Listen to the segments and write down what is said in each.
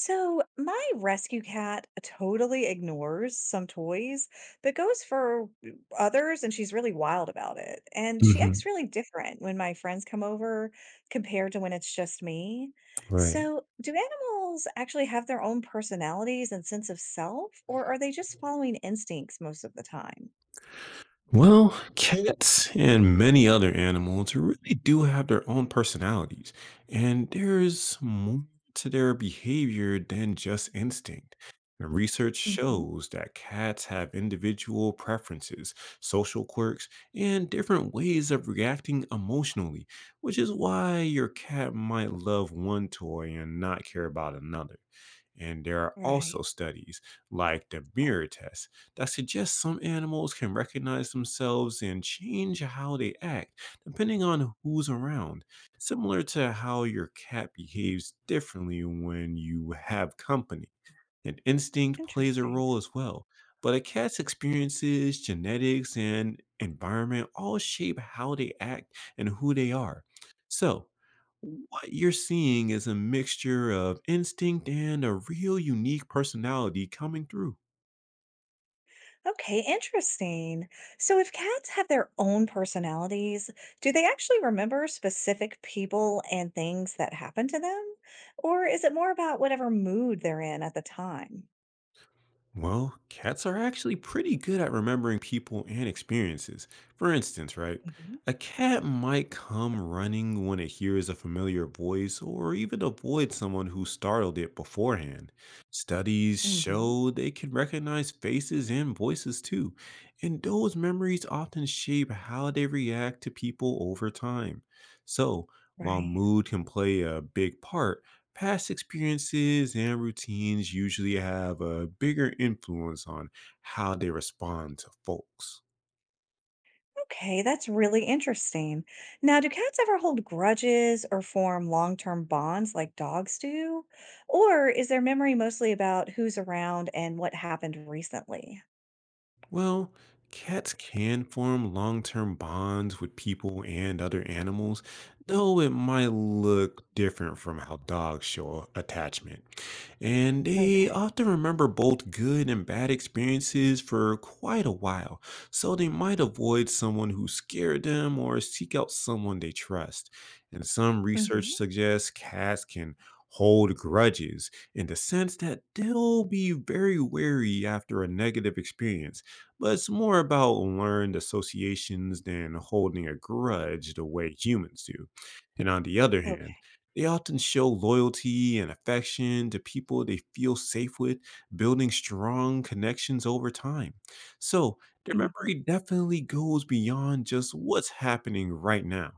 So, my rescue cat totally ignores some toys, but goes for others, and she's really wild about it. And she acts Hmm. really different when my friends come over compared to when it's just me. Right. So, do animals actually have their own personalities and sense of self, or are they just following instincts most of the time? Well, cats and many other animals really do have their own personalities, and there's more to their behavior than just instinct. And research Hmm. shows that cats have individual preferences, social quirks, and different ways of reacting emotionally, which is why your cat might love one toy and not care about another. And there are Right. also studies like the mirror test that suggest some animals can recognize themselves and change how they act depending on who's around, similar to how your cat behaves differently when you have company and instinct plays a Interesting. role as well. But a cat's experiences, genetics, and environment all shape how they act and who they are. So, what you're seeing is a mixture of instinct and a real unique personality coming through. Okay, interesting. So, if cats have their own personalities, do they actually remember specific people and things that happened to them? Or is it more about whatever mood they're in at the time? Well, cats are actually pretty good at remembering people and experiences. For instance, right? Hmm. A cat might come running when it hears a familiar voice or even avoid someone who startled it beforehand. Studies Hmm. show they can recognize faces and voices too, and those memories often shape how they react to people over time. So, while Right. mood can play a big part, past experiences and routines usually have a bigger influence on how they respond to folks. Okay, that's really interesting. Now, do cats ever hold grudges or form long-term bonds like dogs do? Or is their memory mostly about who's around and what happened recently? Well, cats can form long term bonds with people and other animals, though it might look different from how dogs show attachment. And they Okay. often remember both good and bad experiences for quite a while, so they might avoid someone who scared them or seek out someone they trust. And some research Hmm. suggests cats can hold grudges in the sense that they'll be very wary after a negative experience, but it's more about learned associations than holding a grudge the way humans do. And on the other hand, Okay. they often show loyalty and affection to people they feel safe with, building strong connections over time. So, their Hmm. memory definitely goes beyond just what's happening right now.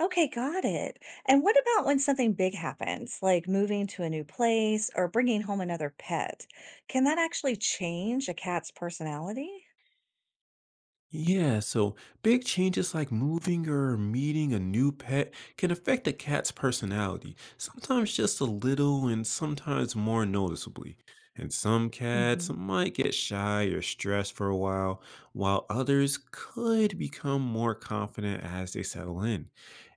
Okay, got it. And what about when something big happens, like moving to a new place or bringing home another pet? Can that actually change a cat's personality? Yeah, so big changes like moving or meeting a new pet can affect a cat's personality, sometimes just a little and sometimes more noticeably. And some cats Hmm. might get shy or stressed for a while others could become more confident as they settle in.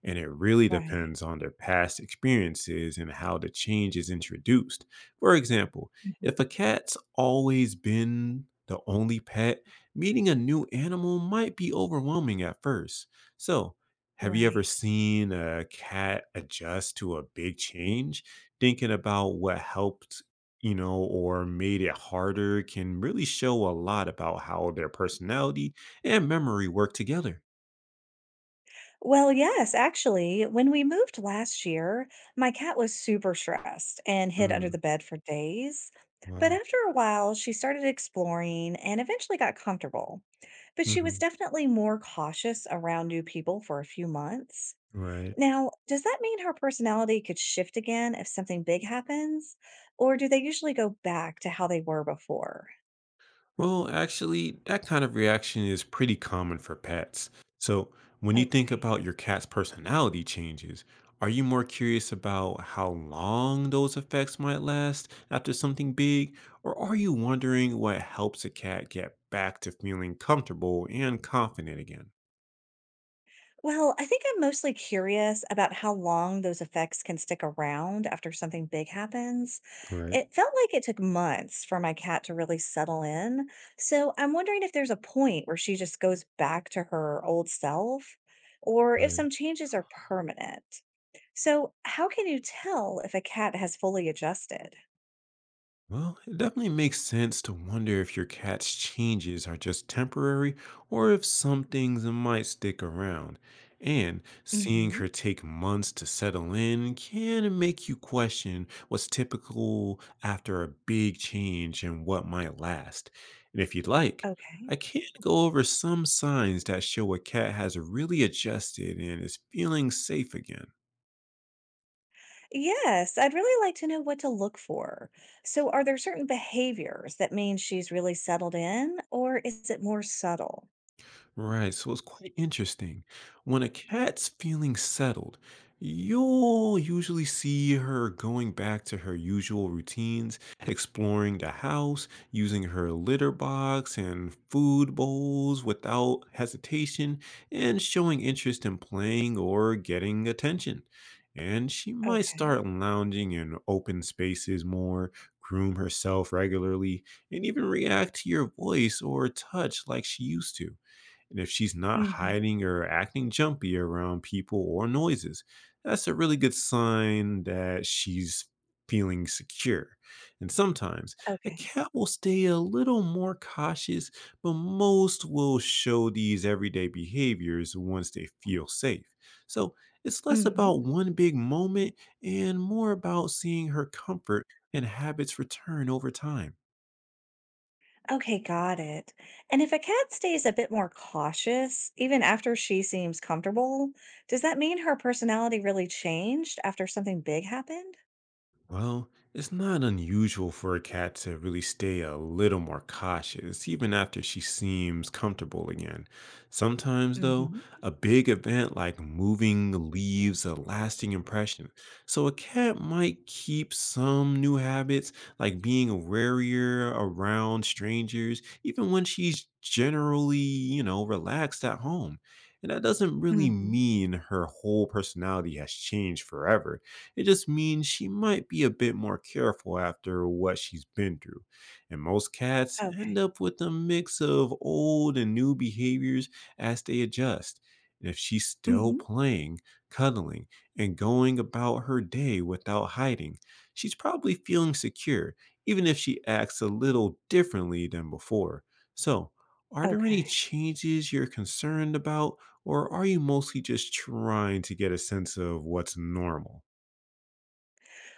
And it really Right. depends on their past experiences and how the change is introduced. For example, Hmm. if a cat's always been the only pet, meeting a new animal might be overwhelming at first. So, have you ever Right. seen a cat adjust to a big change? Thinking about what helped, or made it harder can really show a lot about how their personality and memory work together. Well, yes, actually, when we moved last year, my cat was super stressed and hid under Mm, the bed for days. But wow. after a while, she started exploring and eventually got comfortable. But she was Hmm. definitely more cautious around new people for a few months. Right. Now, does that mean her personality could shift again if something big happens? Or do they usually go back to how they were before? Well, actually, that kind of reaction is pretty common for pets. So, when you Okay. think about your cat's personality changes, are you more curious about how long those effects might last after something big, or are you wondering what helps a cat get back to feeling comfortable and confident again? Well, I think I'm mostly curious about how long those effects can stick around after something big happens. Right. It felt like it took months for my cat to really settle in. So I'm wondering if there's a point where she just goes back to her old self or if Right. some changes are permanent. So, how can you tell if a cat has fully adjusted? Well, it definitely makes sense to wonder if your cat's changes are just temporary or if some things might stick around. And seeing Mhm. her take months to settle in can make you question what's typical after a big change and what might last. And if you'd like, Okay. I can go over some signs that show a cat has really adjusted and is feeling safe again. Yes, I'd really like to know what to look for. So, are there certain behaviors that mean she's really settled in, or is it more subtle? Right, so it's quite interesting. When a cat's feeling settled, you'll usually see her going back to her usual routines, exploring the house, using her litter box and food bowls without hesitation, and showing interest in playing or getting attention. And she might Okay. start lounging in open spaces more, groom herself regularly, and even react to your voice or touch like she used to, and if she's not Mm-hmm. hiding or acting jumpy around people or noises, that's a really good sign that she's feeling secure. And sometimes a Okay. cat will stay a little more cautious, but most will show these everyday behaviors once they feel safe. So it's less Mm-hmm. about one big moment and more about seeing her comfort and habits return over time. Okay, got it. And if a cat stays a bit more cautious, even after she seems comfortable, does that mean her personality really changed after something big happened? Well, it's not unusual for a cat to really stay a little more cautious, even after she seems comfortable again. Sometimes, though, Mm-hmm. a big event like moving leaves a lasting impression, so a cat might keep some new habits, like being warier around strangers, even when she's generally, relaxed at home. And that doesn't really Mm-hmm. mean her whole personality has changed forever, it just means she might be a bit more careful after what she's been through. And most cats end Okay. up with a mix of old and new behaviors as they adjust. And if she's still Mm-hmm. playing, cuddling, and going about her day without hiding, she's probably feeling secure, even if she acts a little differently than before. So, are there any Okay. changes you're concerned about, or are you mostly just trying to get a sense of what's normal?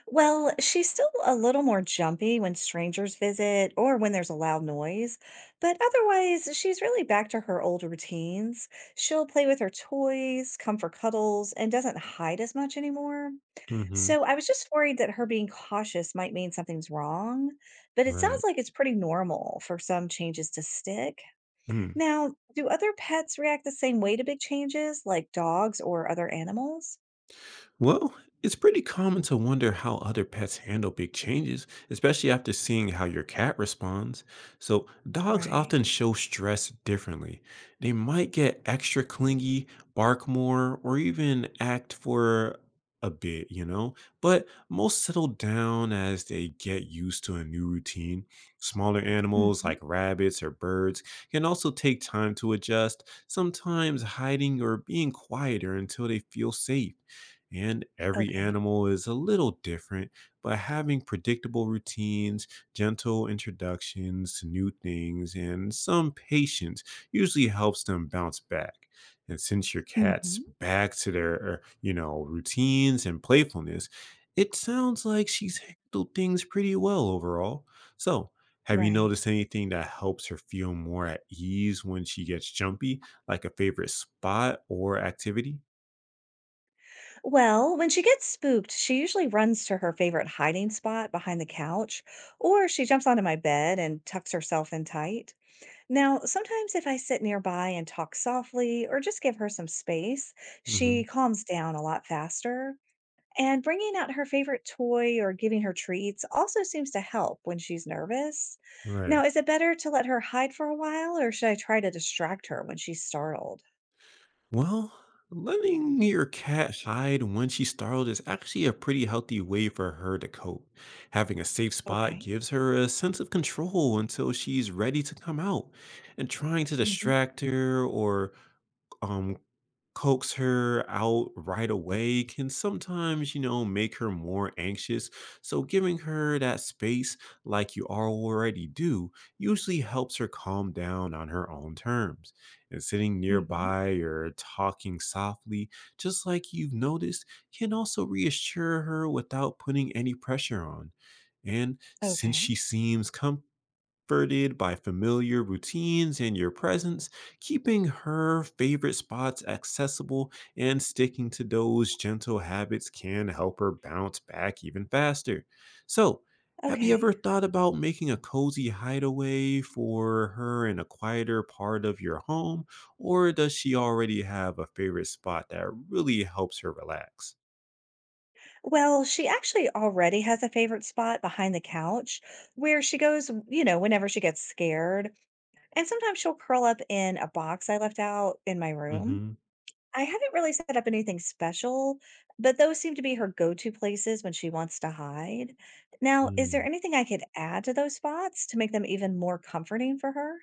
Well, she's still a little more jumpy when strangers visit or when there's a loud noise, but otherwise, she's really back to her old routines. She'll play with her toys, come for cuddles, and doesn't hide as much anymore. Mhm. So I was just worried that her being cautious might mean something's wrong, but it sounds Right. like it's pretty normal for some changes to stick. Mm. Now, do other pets react the same way to big changes, like dogs or other animals? Well, it's pretty common to wonder how other pets handle big changes, especially after seeing how your cat responds. So, dogs Right. often show stress differently. They might get extra clingy, bark more, or even act for a bit, But most settle down as they get used to a new routine. Smaller animals Hmm. like rabbits or birds can also take time to adjust, sometimes hiding or being quieter until they feel safe. And every Okay. animal is a little different, but having predictable routines, gentle introductions to new things, and some patience usually helps them bounce back. And since your cat's Hmm. back to their, routines and playfulness, it sounds like she's handled things pretty well overall. So, have you Right. noticed anything that helps her feel more at ease when she gets jumpy, like a favorite spot or activity? Well, when she gets spooked, she usually runs to her favorite hiding spot behind the couch, or she jumps onto my bed and tucks herself in tight. Now, sometimes if I sit nearby and talk softly or just give her some space, Hmm. she calms down a lot faster. And bringing out her favorite toy or giving her treats also seems to help when she's nervous. Right. Now, is it better to let her hide for a while, or should I try to distract her when she's startled? Well, letting your cat hide when she's startled is actually a pretty healthy way for her to cope. Having a safe spot Okay. gives her a sense of control until she's ready to come out, and trying to Hmm. distract her or um, coax her out right away can sometimes, make her more anxious. So giving her that space, like you already do, usually helps her calm down on her own terms. And sitting Hmm. nearby or talking softly, just like you've noticed, can also reassure her without putting any pressure on. And since Okay. she seems comfortable, comforted by familiar routines and your presence, keeping her favorite spots accessible and sticking to those gentle habits can help her bounce back even faster. So, have you Okay. ever thought about making a cozy hideaway for her in a quieter part of your home? Or does she already have a favorite spot that really helps her relax? Well, she actually already has a favorite spot behind the couch where she goes, you know, whenever she gets scared. And sometimes she'll curl up in a box I left out in my room. Hmm. I haven't really set up anything special, but those seem to be her go to places when she wants to hide. Now, is there anything I could add to those spots to make them even more comforting for her?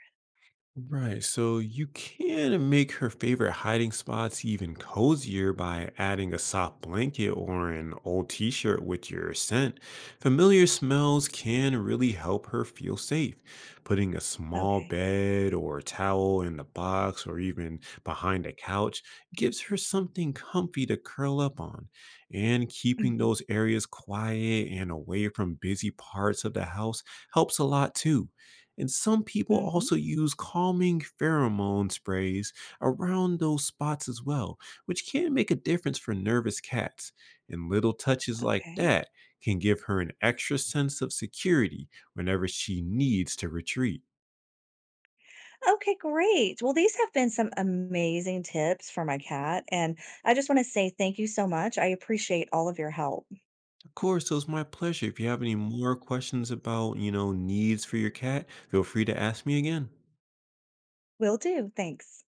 Right. So you can make her favorite hiding spots even cozier by adding a soft blanket or an old t shirt with your scent. Familiar smells can really help her feel safe. Putting a small Okay. bed or towel in the box or even behind a couch gives her something comfy to curl up on. And keeping Hmm. those areas quiet and away from busy parts of the house helps a lot too. And some people Hmm. also use calming pheromone sprays around those spots as well, which can make a difference for nervous cats. And little touches like Okay. that can give her an extra sense of security whenever she needs to retreat. Okay, great. Well, these have been some amazing tips for my cat, and I just want to say thank you so much. I appreciate all of your help. Of course, it was my pleasure. If you have any more questions about, needs for your cat, feel free to ask me again. Will do. Thanks.